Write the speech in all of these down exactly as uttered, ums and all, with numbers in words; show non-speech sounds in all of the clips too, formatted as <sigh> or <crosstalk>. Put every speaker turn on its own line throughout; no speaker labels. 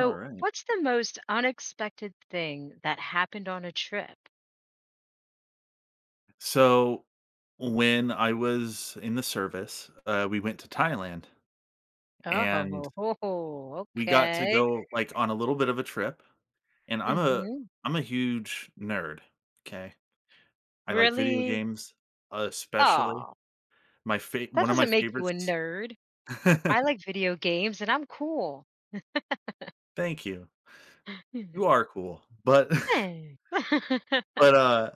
All right.
what's the most unexpected thing that happened on a trip?
So when I was in the service, uh, we went to Thailand
Oh,
and
<laughs>
we got to
okay.
go like on a little bit of a trip. And I'm a
hmm
I'm a huge nerd. Okay. I like video
Really?
games, especially
Oh,
my fa-
that
one of my
doesn't make you a
favorites.
nerd.
<laughs>
I like video games and I'm cool.
Thank you.
Hmm.
You are cool. But
Thanks.
<laughs>
<laughs>
but uh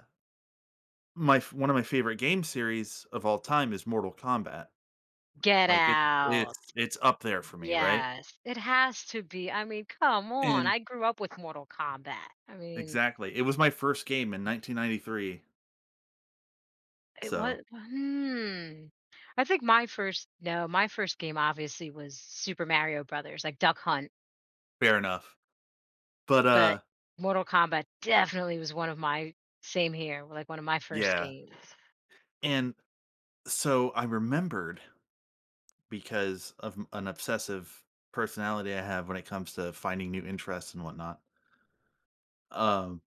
my f- one of my favorite game series of all time is Mortal Kombat.
Get
Like it's
out.
it's it's up there for me, right?
Yes, it has to be. I mean, come on.
And
I grew up with Mortal Kombat. I mean,
Exactly. It was my first game in nineteen ninety-three,
it was
so
hmm. I think my first no, my first game obviously was Super Mario Brothers, like Duck Hunt,
fair enough. But,
but
uh,
Mortal Kombat definitely was one of my same here, like one of my first
yeah,
games.
and so I remembered because of m an obsessive personality I have when it comes to finding new interests and whatnot, um,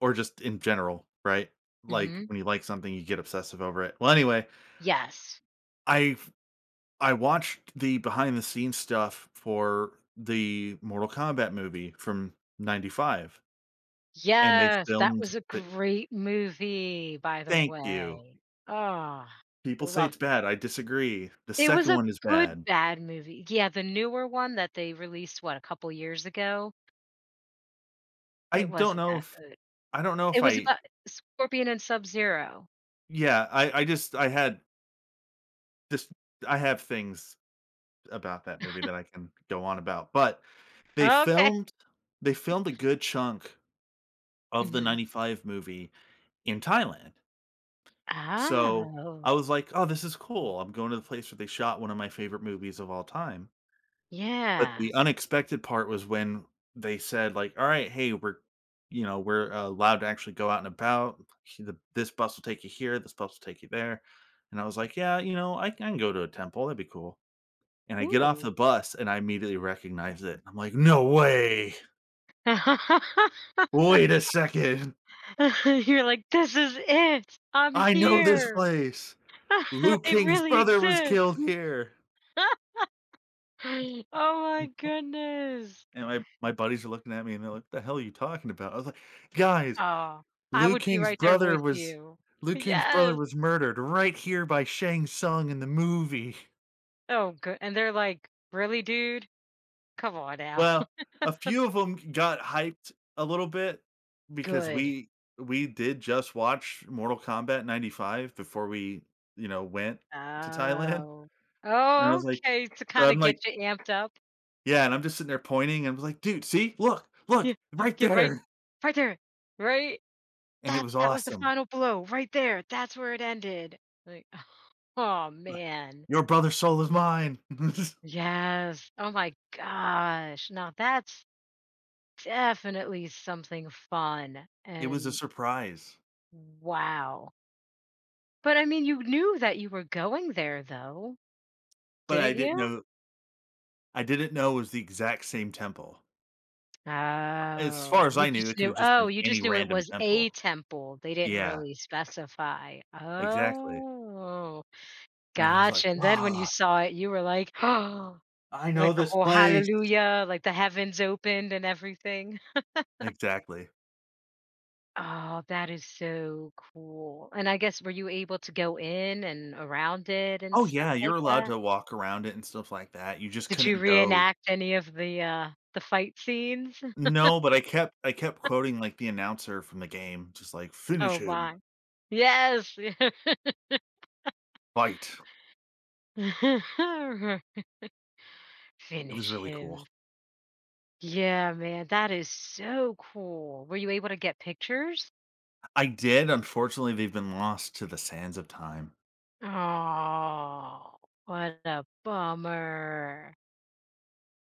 or just in general, right? Like,
Mhm.
when you like something, you get obsessive over it. Well, anyway,
Yes.
I I watched the behind the scenes stuff for the Mortal Kombat movie from 'ninety-five, and they
Yes, that was
filmed
a
the
great movie, by the
Thank you.
way. Oh,
People say
loved
it's bad, I disagree. The
it. It was
second
a
one is
good
bad.
bad movie. Yeah, the newer one that they released, what, a couple years ago?
I
It
don't
wasn't
know
that
if
good.
I don't know
It
if
was
I
about Scorpion and Sub-Zero.
yeah, I I just I had this I have things about that movie that I can go on about, but they
Okay.
filmed they filmed a good chunk of the
Mhm.
'ninety-five movie in Thailand. So, I
Oh.
was like, "Oh, this is
Oh.
cool. I'm going to the place where they shot one of my favorite movies of all time." But
Yeah.
the unexpected part was when they said, like, "All right, hey, we're you know, we're uh, allowed to actually go out and about. He the this bus will take you here, this bus will take you there." And I was like, "Yeah, you know, I can go to a temple, that'd be cool." And I get off
Ooh.
the bus and I immediately recognize it. I'm like, "No way.
<laughs>
Wait a second.
You're like, "This is it. I'm
I know this
here.
place.
<laughs>
Luke
It
King's
really
brother was
exists."
killed here."
<laughs> Oh my
And
goodness.
and my my buddies are looking at me and they're like, what "The hell are you talking about?" I was like, "Guys,
Oh, I
Liu
would be
King's
right there
brother
with
was
you.
Liu King's brother
Yes.
was murdered right here by Shang Tsung in the movie."
Oh, good. And they're like, "Really, dude? Come on now."
Well,
<laughs>
a few of them got hyped a little bit because
Good.
we we did just watch Mortal Kombat ninety-five before we, you know, went to Thailand,
Oh.
and I was
Oh,
like
okay, to
so
kinda
I'm
get
like
you amped up.
yeah, and I'm just sitting there pointing and I was like, "Dude, see? Look,
Yeah,
look,
<laughs>
right
get right
there."
right there. Right?
And it
That
was
that was the
awesome.
final blow right there. That's where it ended. Like, <laughs> oh
Like,
man.
"Your brother's soul is mine." <laughs>
Yes. Oh my gosh. Now that's definitely something fun
It was a
and
surprise,
wow. But I mean, you knew that you were going there though,
but
didn't
I didn't
you?
know I didn't know it was the exact same temple. As
Oh,
far as
you
I knew,
just
it
knew.
could've just
Oh,
been
you just
any
knew it
random
was a
temple.
temple. They didn't
Yeah,
really specify.
exactly.
Oh,
And I was like,
gotcha. And then when you
"Wow,
saw it, you were like, <gasps>
I
like
know
the
this
whole
place."
hallelujah, like the heavens opened and everything.
Exactly.
Oh, that is so cool. And I guess were you able to go in and around it and
Oh,
stuff
yeah,
like
you're allowed
that?
to walk around it and stuff like that, you just
Did you
couldn't go
reenact any of the uh the fight scenes?
No, but I kept I kept quoting, like, the announcer from the game, just like,
Oh
"Finish him.
my. Yes. <laughs>
Fight." It was
Finish
really
him.
cool.
Yeah, man, that is so cool. Were you able to get pictures?
I did, unfortunately, they've been lost to the sands of time.
Oh, what a bummer.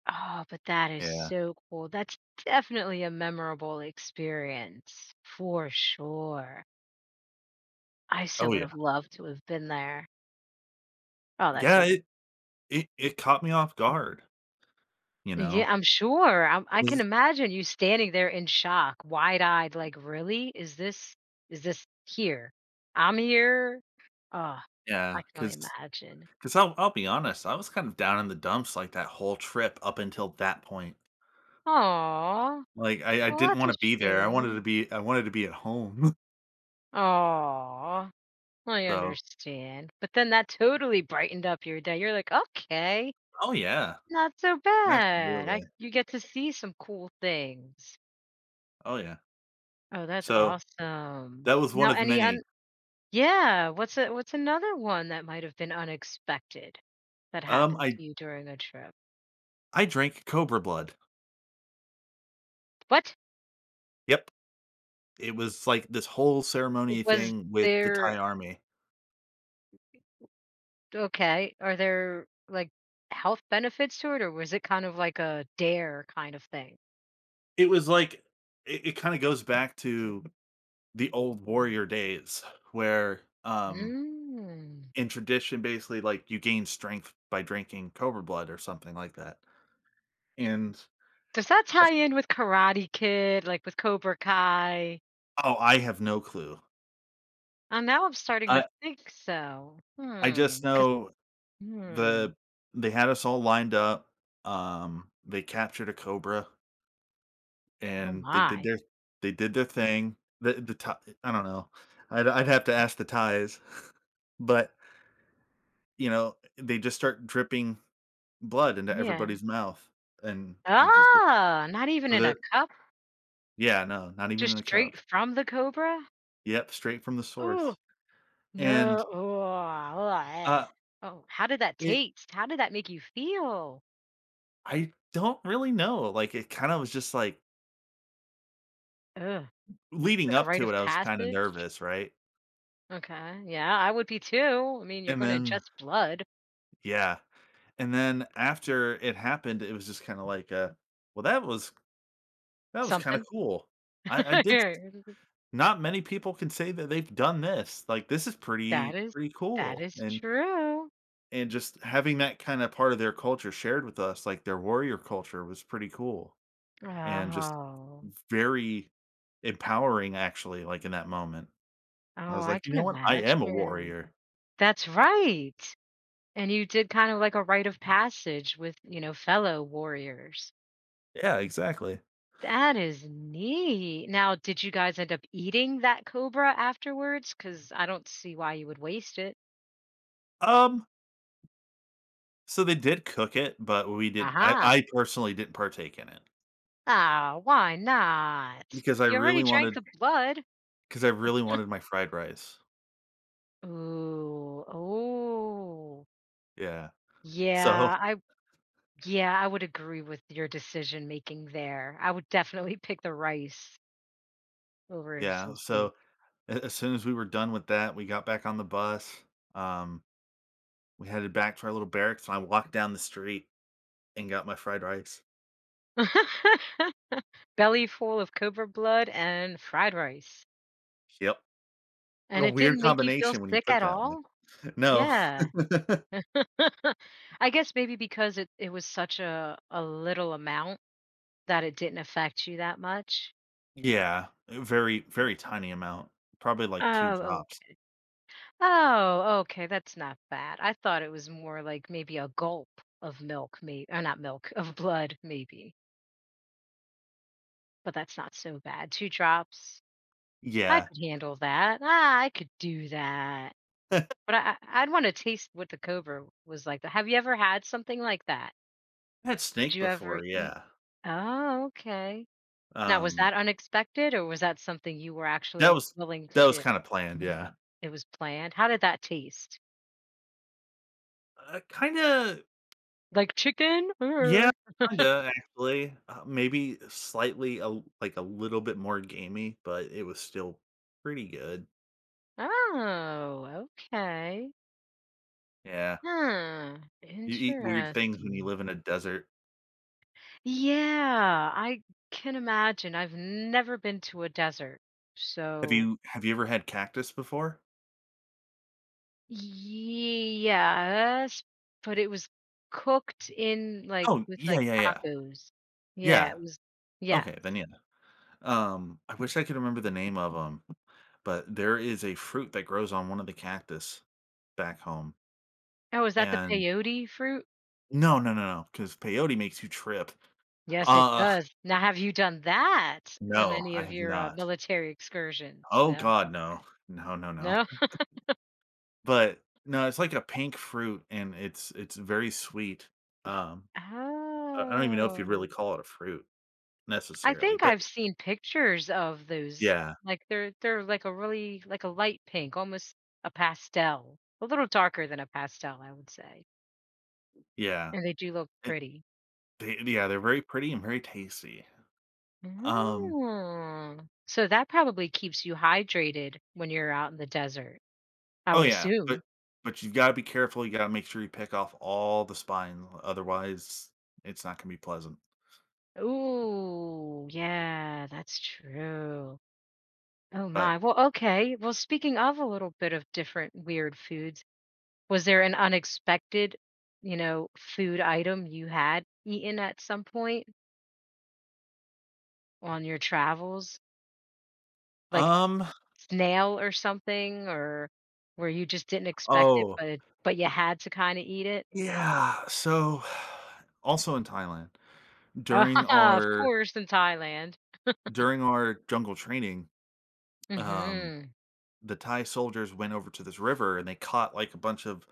Oh, but that is
Yeah.
so cool. That's definitely a memorable experience for sure. I so
Oh,
would
yeah.
have loved to have been there. Oh, that's so
Yeah,
cool.
it it it caught me off guard, you know?
Yeah, I'm sure. I'm, I can imagine you standing there in shock, wide-eyed, like, really? Is this is this here? I'm here? Oh,
Yeah,
I can only
cause, 'cause
imagine.
'cause I'll I'll be honest, I was kind of down in the dumps, like, that whole trip up until that point.
Oh,
Like, I I
well,
didn't
that's a
wanna be there, I wanted to
shame.
be I wanted to be at home. <laughs>
Oh, I
So.
understand. But then that totally brightened up your day. You're like, okay.
Oh, yeah.
Not so bad. I
Absolutely.
you get to see some cool things.
Oh, yeah.
Oh, that's
So,
yeah, awesome.
that was one
Now
of
any
many.
un yeah, what's a what's another one that might have been unexpected that
Um,
happened
I
to you during a trip?
I drank cobra blood.
What?
Yep. It was, like, this whole ceremony
Was
thing with the
there
Thai army.
okay, are there, like, health benefits to it, or was it kind of like a dare kind of thing?
It was like it it kinda goes back to the old warrior days where, um
Mm.
in tradition, basically, like you gain strength by drinking cobra blood or something like that. And
Does that
I
tie in with Karate Kid, like, with Cobra Kai?
oh, I have no clue.
And now I'm starting to
I
think so.
I
Hmm,
just
'cause
know
hmm.
the they had us all lined up. Um, they captured a cobra
Oh
and they did
my.
their they did their thing. The the Thai I don't know. I'd I'd have to ask the ties. <laughs> But, you know, they just start dripping blood into
Yeah.
everybody's mouth, and it was just like
Ah, not even
so
in a
that
cup?
yeah, no, not even in
Just
a cup.
straight from the cobra?
Yep, straight from the
Oh
source. And,
no. Oh, ugh, eh.
uh,
Oh, how did that
it
taste? How did that make you feel?
I don't really know, like, it kinda was just, like
Ugh,
leading
like a
up
rite
to it,
of
I was kinda
passage?
nervous, right?
Okay. Yeah, I would be too. I mean, you're
And
gonna
then
ingest blood,
yeah, and then after it happened, it was just kinda like, uh, "Well, that was that was kinda
something.
cool.
<laughs>
I I did s not many people can say that they've done this, like, this is
That
pretty
is
pretty
that
cool."
is
And
true.
and just having that kinda part of their culture shared with us, like, their warrior culture was pretty cool. And just
Oh.
very empowering actually, like, in that moment. I
Oh,
was
I
like, "You
can
know what? I am a
imagine.
warrior."
That's right. And you did kind of like a rite of passage with, you know, fellow warriors.
Yeah, exactly.
That is neat. Now, did you guys end up eating that cobra afterwards? Because I don't see why you would waste it.
Um, so they did cook it, but we didn't I
Uh-huh.
I personally didn't partake in it
Ah, why not?
because I
You already
really
drank
wanted.
the blood.
Because I really wanted my fried rice.
Ooh, oh.
Yeah. So
Yeah, I yeah, I would agree with your decision making there. I would definitely pick the rice over some
yeah,
snake.
so a as soon as we were done with that, we got back on the bus, um, we headed back to our little barracks, and I walked down the street and got my fried rice.
<laughs> Belly full of cobra blood and fried rice.
Yep.
And
A
it
weird
didn't make you feel
combination when you
sick
put it
at
that
all?
way. No.
Yeah.
<laughs>
<laughs> I guess maybe because it it was such a a little amount that it didn't affect you that much.
Yeah, a very,
Yeah.
very tiny amount, probably like two
Oh,
drops.
okay. Oh, okay, that's not bad. I thought it was more like maybe a gulp of milk, maybe, or not milk, of blood, maybe. But that's not so bad. Two drops. I
Yeah,
could handle that. Ah, I could do that. But I I I'd wanna taste what the cobra was like. Have you ever had something like that?
I had
Did
snake
you ever
before,
eat
yeah,
Oh, okay. Now was
um,
that unexpected, or was that something you were
that
actually
was
willing to
that was
do?
kinda planned, yeah.
It was planned? How did that taste?
Uh, kinda
Like chicken?
yeah,
Or...
kinda, actually, uh, maybe slightly, a l- like, a little bit more gamey, but it was still pretty good.
Oh, okay.
Yeah,
Huh,
you eat weird things when you
interesting.
live in a desert.
Yeah, I can imagine. I've never been to a desert,
Have
so
you have you ever had cactus before?
yes, but it was cooked in, like
Oh,
with,
yeah,
like,
yeah, yeah.
tacos. Yeah,
Yeah,
it was yeah.
okay, then yeah. Um, I wish I could remember the name of them, but there is a fruit that grows on one of the cactus back home,
Oh, is that the
and
peyote fruit?
No, no, no, no, because peyote makes you trip.
Yes, it
Uh,
does. Now have you done that on
no,
any
I
of
have
your, uh,
not.
military excursions?
Oh
No?
god,
Okay.
no. No, no,
No?
no. But, no, it's like a pink fruit, and it's it's very sweet. Um, I I don't even know if you'd
Oh.
really call it a fruit
I
necessarily,
think
but
I've seen pictures of those.
yeah,
Like, they're they're, like, a really like, a light pink, almost a pastel. A little darker than a pastel, I would say,
yeah.
and they do look
It
pretty.
they yeah, they're very pretty and very tasty. Um.
Mm. So that probably keeps you hydrated when you're out in the desert, I
Oh,
would
yeah,
assume.
but but you've gotta be careful, you gotta make sure you pick off all the spine, otherwise, it's not gonna be pleasant,
Ooh, yeah, that's true. Oh my.
but,
Well, okay. Well, speaking of a little bit of different weird foods, was there an unexpected, you know, food item you had eaten at some point on your travels? Like
um.
snail or something, or where you just didn't expect it,
Oh,
but but you had to kind of eat it?
yeah, so, <sighs> also in Thailand,
Ah,
during
<laughs> of
our
course, in Thailand.
during our jungle training, um,
Mhm.
the Thai soldiers went over to this river, and they caught, like, a bunch of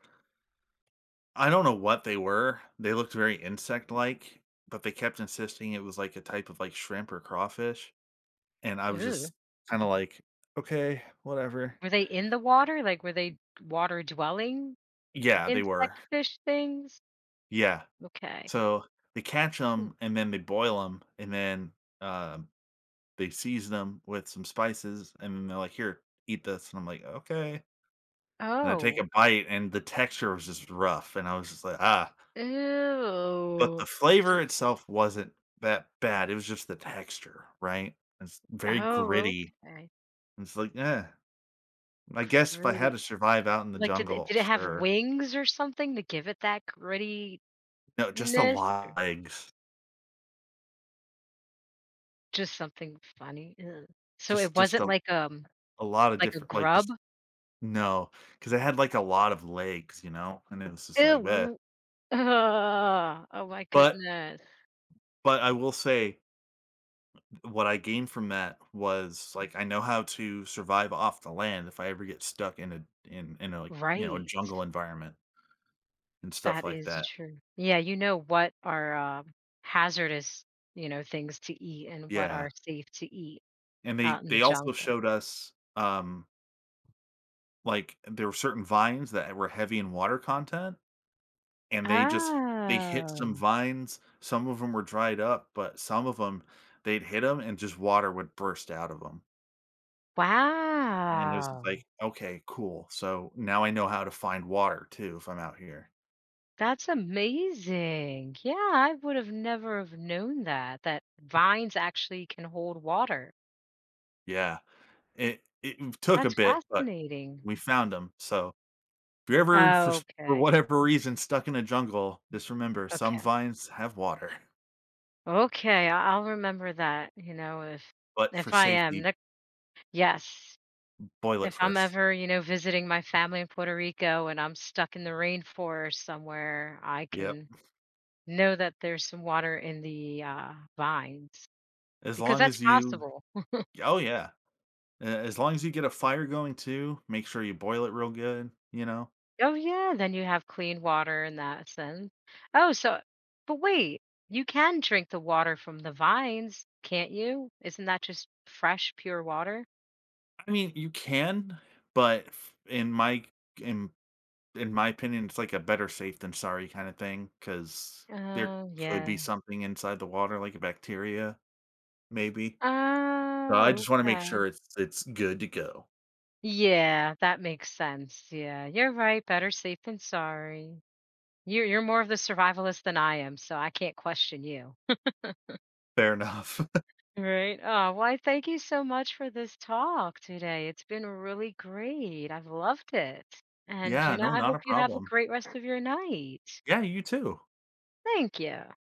I don't know what they were, they looked very insect-like, but they kept insisting it was, like, a type of, like, shrimp or crawfish. And I was
Ooh.
just kinda like, "Okay, whatever."
Were they in the water? Like, were they water dwelling
Yeah, they were.
insect fish things?
Yeah.
Okay.
So, they catch
Hmm.
them and then they boil them and then, um, they season them with some spices, and then they're like, "Here, eat this." And I'm like, "Okay." And I take
Oh.
a bite, and the texture was just rough, and I was just like, "Ah." But
Ew.
the
So
flavor itself wasn't that bad, it was just the texture, right? It's very
oh,
gritty.
okay.
It's like, "Eh." I guess if I had
Gritty.
to survive out in the
Like, did it
jungle,
did it have
sure.
wings or something to give it that grittiness
No, just a
or
lot legs.
just something funny? Ew. So it
Just just
wasn't
a
like, um,
a lot of
like a
different like,
grub?
just no, because I had, like, a lot of legs, you know, and it was just like, bleh.
Ew. Ugh. Oh my
But
goodness.
but I will say what I gained from that was, like, I know how to survive off the land if I ever get stuck in a in in a, like, you know, a
Right.
jungle environment and stuff
That
like
is
that.
true. Yeah, you know what are, um, hazardous, you know, things to eat and what are
Yeah,
safe to eat
and they
out in the
they also
jungle.
showed us, um, like, there were certain vines that were heavy in water content. And they just they hit some
Oh,
vines, some of them were dried up, but some of them, 'em, they'd hit them, and just water would burst out of them. And it was just
wow.
like, "Okay, cool, so now I know how to find water too if I'm out here."
That's amazing. Yeah, I would have never have known that, that vines actually can hold water.
Yeah, it it took a
That's
bit, but
fascinating.
we found them. So if you're ever for
Oh,
s for
okay,
whatever reason stuck in a jungle, just remember some
okay,
vines have water,
okay, I I'll remember that, you know, if
but
if
for
I am,
safety,
ne yes.
boil it
If I'm
first.
ever, you know, visiting my family in Puerto Rico and I'm stuck in the rainforest somewhere, I
Yep,
can know that there's some water in the, uh, vines
as
because
long
that's
as you.
possible.
Oh, yeah. Uh, as long as you get a fire going too, make sure you boil it real good, you know?
Oh, yeah, then you have clean water in that sense. Oh, so but wait, you can drink the water from the vines, can't you? Isn't that just fresh, pure water?
I mean, you can, but f- in my in in my opinion, it's like a better safe than sorry kind of thing cuz there
Oh,
could
yeah.
be something inside the water like a bacteria maybe. So I
Oh,
just want to make
okay.
sure it's it's good to go.
Yeah, that makes sense. Yeah, you're right. Better safe than sorry. You're you're more of the survivalist than I am, so I can't question you.
Fair enough. <laughs>
Right. Oh, well, I thank you so much for this talk today. It's been really great. I've loved it. And, you
yeah,
know,
no,
I
not a
hope you have a
problem.
great rest of your night.
Yeah, you too.
Thank you.